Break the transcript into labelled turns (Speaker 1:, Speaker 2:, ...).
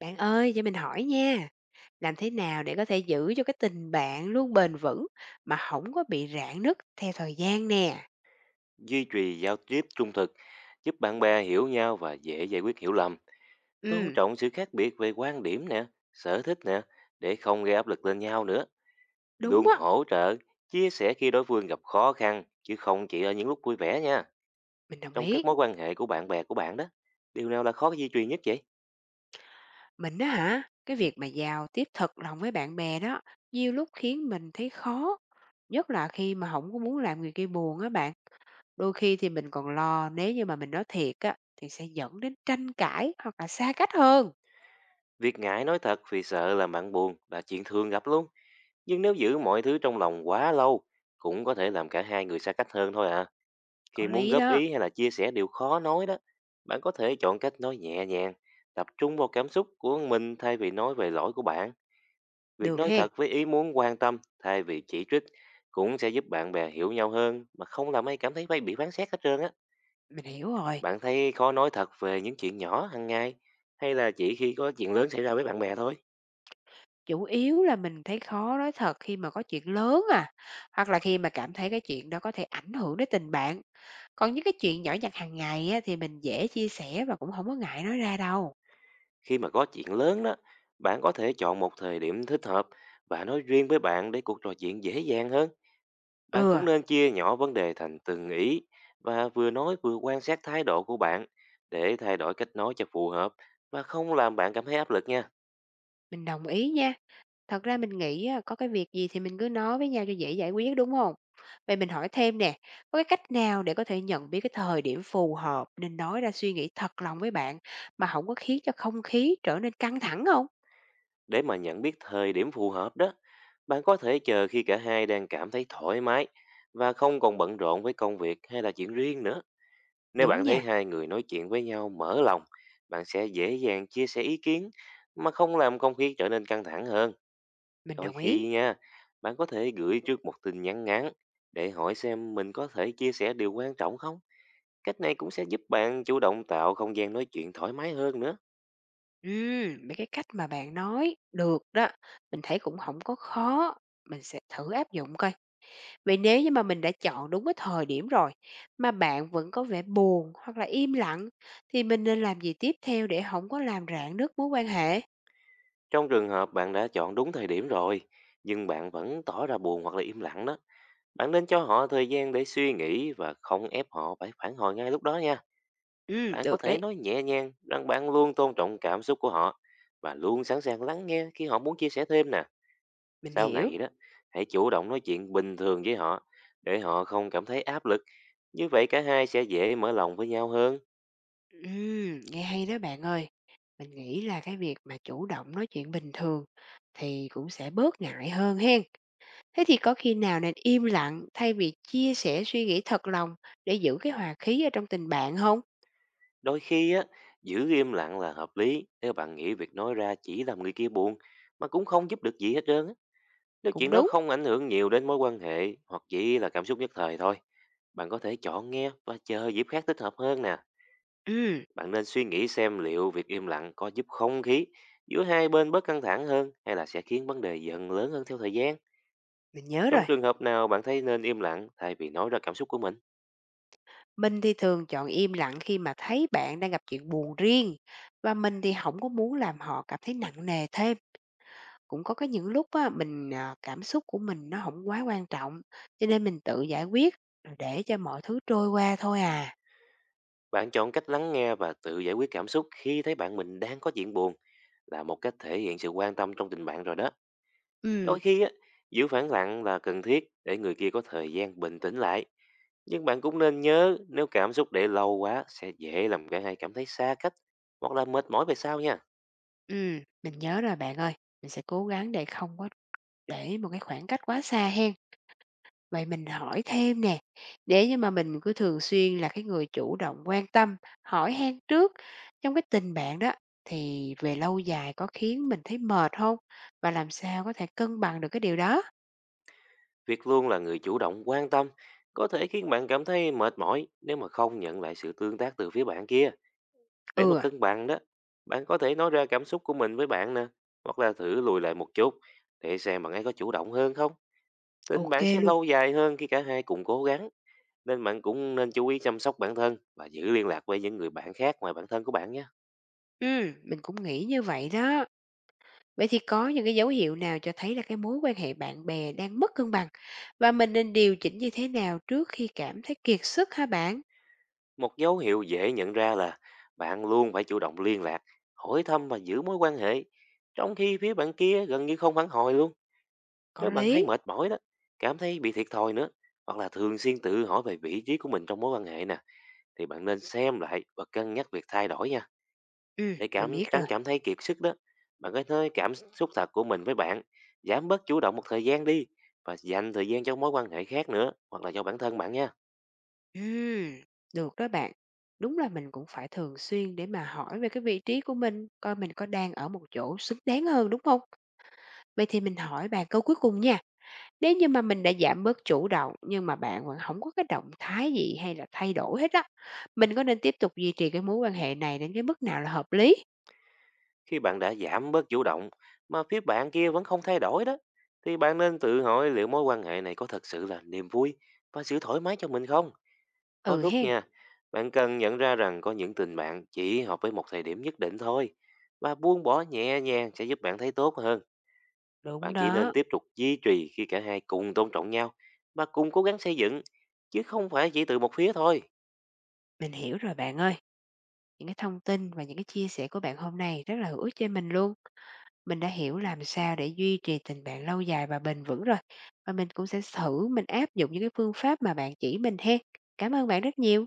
Speaker 1: Bạn ơi, cho mình hỏi nha, làm thế nào để có thể giữ cho cái tình bạn luôn bền vững mà không có bị rạn nứt theo thời gian nè?
Speaker 2: Duy trì giao tiếp trung thực giúp bạn bè hiểu nhau và dễ giải quyết hiểu lầm. Tôn
Speaker 1: Ừ,
Speaker 2: trọng sự khác biệt về quan điểm nè, sở thích nè, để không gây áp lực lên nhau nữa.
Speaker 1: đúng
Speaker 2: Luôn
Speaker 1: á,
Speaker 2: hỗ trợ, chia sẻ khi đối phương gặp khó khăn chứ không chỉ ở những lúc vui vẻ nha.
Speaker 1: mình đồng
Speaker 2: Trong các
Speaker 1: ý.
Speaker 2: mối quan hệ của bạn bè của bạn đó, điều nào là khó duy trì nhất vậy?
Speaker 1: Mình đó hả, cái việc mà giao tiếp thật lòng với bạn bè đó, nhiều lúc khiến mình thấy khó, nhất là khi mà không có muốn làm người kia buồn á bạn. Đôi khi thì mình còn lo nếu như mà mình nói thiệt á, thì sẽ dẫn đến tranh cãi hoặc là xa cách hơn.
Speaker 2: Việc ngại nói thật vì sợ làm bạn buồn là chuyện thường gặp luôn, nhưng nếu giữ mọi thứ trong lòng quá lâu cũng có thể làm cả hai người xa cách hơn thôi à.
Speaker 1: Có
Speaker 2: Khi muốn
Speaker 1: lý
Speaker 2: góp
Speaker 1: đó,
Speaker 2: ý hay là chia sẻ điều khó nói đó, bạn có thể chọn cách nói nhẹ nhàng, tập trung vào cảm xúc của mình thay vì nói về lỗi của bạn. Việc
Speaker 1: được
Speaker 2: nói
Speaker 1: hen,
Speaker 2: thật với ý muốn quan tâm thay vì chỉ trích cũng sẽ giúp bạn bè hiểu nhau hơn mà không làm ai cảm thấy phải bị phán xét hết trơn á.
Speaker 1: mình hiểu rồi.
Speaker 2: Bạn thấy khó nói thật về những chuyện nhỏ hàng ngày hay là chỉ khi có chuyện lớn xảy ra với bạn bè thôi?
Speaker 1: Chủ yếu là mình thấy khó nói thật khi mà có chuyện lớn à, hoặc là khi mà cảm thấy cái chuyện đó có thể ảnh hưởng đến tình bạn. Còn những cái chuyện nhỏ nhặt hàng ngày á, thì mình dễ chia sẻ và cũng không có ngại nói ra đâu.
Speaker 2: Khi mà có chuyện lớn đó, bạn có thể chọn một thời điểm thích hợp và nói riêng với bạn để cuộc trò chuyện dễ dàng hơn. Bạn
Speaker 1: Ừ,
Speaker 2: cũng nên chia nhỏ vấn đề thành từng ý và vừa nói vừa quan sát thái độ của bạn để thay đổi cách nói cho phù hợp và không làm bạn cảm thấy áp lực nha.
Speaker 1: mình đồng ý nha. Thật ra mình nghĩ á, có cái việc gì thì mình cứ nói với nhau cho dễ giải quyết, đúng không? Vậy mình hỏi thêm nè, có cái cách nào để có thể nhận biết cái thời điểm phù hợp nên nói ra suy nghĩ thật lòng với bạn mà không có khiến cho không khí trở nên căng thẳng không?
Speaker 2: Để mà nhận biết thời điểm phù hợp đó, bạn có thể chờ khi cả hai đang cảm thấy thoải mái và không còn bận rộn với công việc hay là chuyện riêng nữa. Nếu
Speaker 1: Đúng
Speaker 2: bạn thấy
Speaker 1: nha,
Speaker 2: hai người nói chuyện với nhau mở lòng, bạn sẽ dễ dàng chia sẻ ý kiến mà không làm không khí trở nên căng thẳng hơn.
Speaker 1: mình
Speaker 2: Đôi
Speaker 1: đồng ý.
Speaker 2: khi nha, bạn có thể gửi trước một tin nhắn ngắn để hỏi xem mình có thể chia sẻ điều quan trọng không. Cách này cũng sẽ giúp bạn chủ động tạo không gian nói chuyện thoải mái hơn nữa.
Speaker 1: Mấy cái cách mà bạn nói được đó, mình thấy cũng không có khó, mình sẽ thử áp dụng coi. Vậy nếu như mà mình đã chọn đúng cái thời điểm rồi, mà bạn vẫn có vẻ buồn hoặc là im lặng, thì mình nên làm gì tiếp theo để không có làm rạn nứt mối quan hệ?
Speaker 2: Trong trường hợp bạn đã chọn đúng thời điểm rồi, nhưng bạn vẫn tỏ ra buồn hoặc là im lặng đó. Bạn nên cho họ thời gian để suy nghĩ và không ép họ phải phản hồi ngay lúc đó nha. Bạn có
Speaker 1: Được
Speaker 2: thể
Speaker 1: đấy,
Speaker 2: nói nhẹ nhàng rằng bạn luôn tôn trọng cảm xúc của họ và luôn sẵn sàng lắng nghe khi họ muốn chia sẻ thêm nè.
Speaker 1: mình
Speaker 2: Sau
Speaker 1: hiểu.
Speaker 2: này đó, hãy chủ động nói chuyện bình thường với họ để họ không cảm thấy áp lực. Như vậy cả hai sẽ dễ mở lòng với nhau hơn.
Speaker 1: Nghe hay đó bạn ơi. Mình nghĩ là cái việc mà chủ động nói chuyện bình thường thì cũng sẽ bớt ngại hơn hen. Thế thì có khi nào nên im lặng thay vì chia sẻ suy nghĩ thật lòng để giữ cái hòa khí ở trong tình bạn không?
Speaker 2: Đôi khi á, giữ im lặng là hợp lý nếu bạn nghĩ việc nói ra chỉ làm người kia buồn mà cũng không giúp được gì hết trơn á. Nếu
Speaker 1: Cũng
Speaker 2: chuyện đó
Speaker 1: đúng.
Speaker 2: không ảnh hưởng nhiều đến mối quan hệ hoặc chỉ là cảm xúc nhất thời thôi, bạn có thể chọn nghe và chờ dịp khác thích hợp hơn nè.
Speaker 1: Ừm,
Speaker 2: Bạn nên suy nghĩ xem liệu việc im lặng có giúp không khí giữa hai bên bớt căng thẳng hơn hay là sẽ khiến vấn đề dần lớn hơn theo thời gian.
Speaker 1: mình nhớ
Speaker 2: Trong
Speaker 1: rồi.
Speaker 2: trường hợp nào bạn thấy nên im lặng thay vì nói ra cảm xúc của mình?
Speaker 1: Mình thì thường chọn im lặng khi mà thấy bạn đang gặp chuyện buồn riêng và mình thì không có muốn làm họ cảm thấy nặng nề thêm. Cũng có cái những lúc á, mình, cảm xúc của mình nó không quá quan trọng, cho nên mình tự giải quyết rồi để cho mọi thứ trôi qua thôi à.
Speaker 2: Bạn chọn cách lắng nghe và tự giải quyết cảm xúc khi thấy bạn mình đang có chuyện buồn là một cách thể hiện sự quan tâm trong tình bạn rồi đó.
Speaker 1: Ừm,
Speaker 2: Đôi khi á, giữ phản lặng là cần thiết để người kia có thời gian bình tĩnh lại. Nhưng bạn cũng nên nhớ nếu cảm xúc để lâu quá sẽ dễ làm cả hai cảm thấy xa cách hoặc là mệt mỏi về sau nha.
Speaker 1: ừm, mình nhớ rồi bạn ơi. Mình sẽ cố gắng để không có để một cái khoảng cách quá xa hen. Vậy mình hỏi thêm nè, nếu như mà mình cứ thường xuyên là cái người chủ động quan tâm, hỏi han trước trong cái tình bạn đó thì về lâu dài có khiến mình thấy mệt không? Và làm sao có thể cân bằng được cái điều đó?
Speaker 2: Việc luôn là người chủ động quan tâm có thể khiến bạn cảm thấy mệt mỏi nếu mà không nhận lại sự tương tác từ phía bạn kia. Để mà
Speaker 1: Ừ,
Speaker 2: cân bằng đó, bạn có thể nói ra cảm xúc của mình với bạn nè, hoặc là thử lùi lại một chút để xem bạn ấy có chủ động hơn không. Tình
Speaker 1: ok
Speaker 2: bạn sẽ
Speaker 1: luôn.
Speaker 2: lâu dài hơn khi cả hai cùng cố gắng, nên bạn cũng nên chú ý chăm sóc bản thân và giữ liên lạc với những người bạn khác ngoài bản thân của bạn nhé.
Speaker 1: Ừ, mình cũng nghĩ như vậy đó. Vậy thì có những cái dấu hiệu nào cho thấy là cái mối quan hệ bạn bè đang mất cân bằng và mình nên điều chỉnh như thế nào trước khi cảm thấy kiệt sức hả bạn?
Speaker 2: Một dấu hiệu dễ nhận ra là bạn luôn phải chủ động liên lạc, hỏi thăm và giữ mối quan hệ, trong khi phía bạn kia gần như không phản hồi luôn.
Speaker 1: Có
Speaker 2: Nếu bạn thấy
Speaker 1: lý.
Speaker 2: mệt mỏi đó, cảm thấy bị thiệt thòi nữa, hoặc là thường xuyên tự hỏi về vị trí của mình trong mối quan hệ nè, thì bạn nên xem lại và cân nhắc việc thay đổi nha.
Speaker 1: Ừ,
Speaker 2: Để
Speaker 1: mình
Speaker 2: cảm
Speaker 1: biết.
Speaker 2: tránh cảm thấy kiệt sức đó, bạn có thể cảm xúc thật của mình với bạn, giảm bớt chủ động một thời gian đi và dành thời gian cho mối quan hệ khác nữa hoặc là cho bản thân bạn nha.
Speaker 1: Ừm, được đó bạn. Đúng là mình cũng phải thường xuyên để mà hỏi về cái vị trí của mình, coi mình có đang ở một chỗ xứng đáng hơn, đúng không? Vậy thì mình hỏi bạn câu cuối cùng nha. Nếu như mà mình đã giảm bớt chủ động nhưng mà bạn vẫn không có cái động thái gì hay là thay đổi hết á, mình có nên tiếp tục duy trì cái mối quan hệ này đến cái mức nào là hợp lý?
Speaker 2: Khi bạn đã giảm bớt chủ động mà phía bạn kia vẫn không thay đổi đó, thì bạn nên tự hỏi liệu mối quan hệ này có thật sự là niềm vui và sự thoải mái cho mình không. Có
Speaker 1: Ừ
Speaker 2: lúc
Speaker 1: hen,
Speaker 2: nha, bạn cần nhận ra rằng có những tình bạn chỉ hợp với một thời điểm nhất định thôi và buông bỏ nhẹ nhàng sẽ giúp bạn thấy tốt hơn.
Speaker 1: đúng
Speaker 2: Bạn chỉ nên
Speaker 1: đó,
Speaker 2: tiếp tục duy trì khi cả hai cùng tôn trọng nhau và cùng cố gắng xây dựng, chứ không phải chỉ từ một phía thôi.
Speaker 1: mình hiểu rồi bạn ơi. Những cái thông tin và những cái chia sẻ của bạn hôm nay rất là hữu ích cho mình luôn. Mình đã hiểu làm sao để duy trì tình bạn lâu dài và bền vững rồi. Và mình cũng sẽ thử mình áp dụng những cái phương pháp mà bạn chỉ mình hen. Cảm ơn bạn rất nhiều.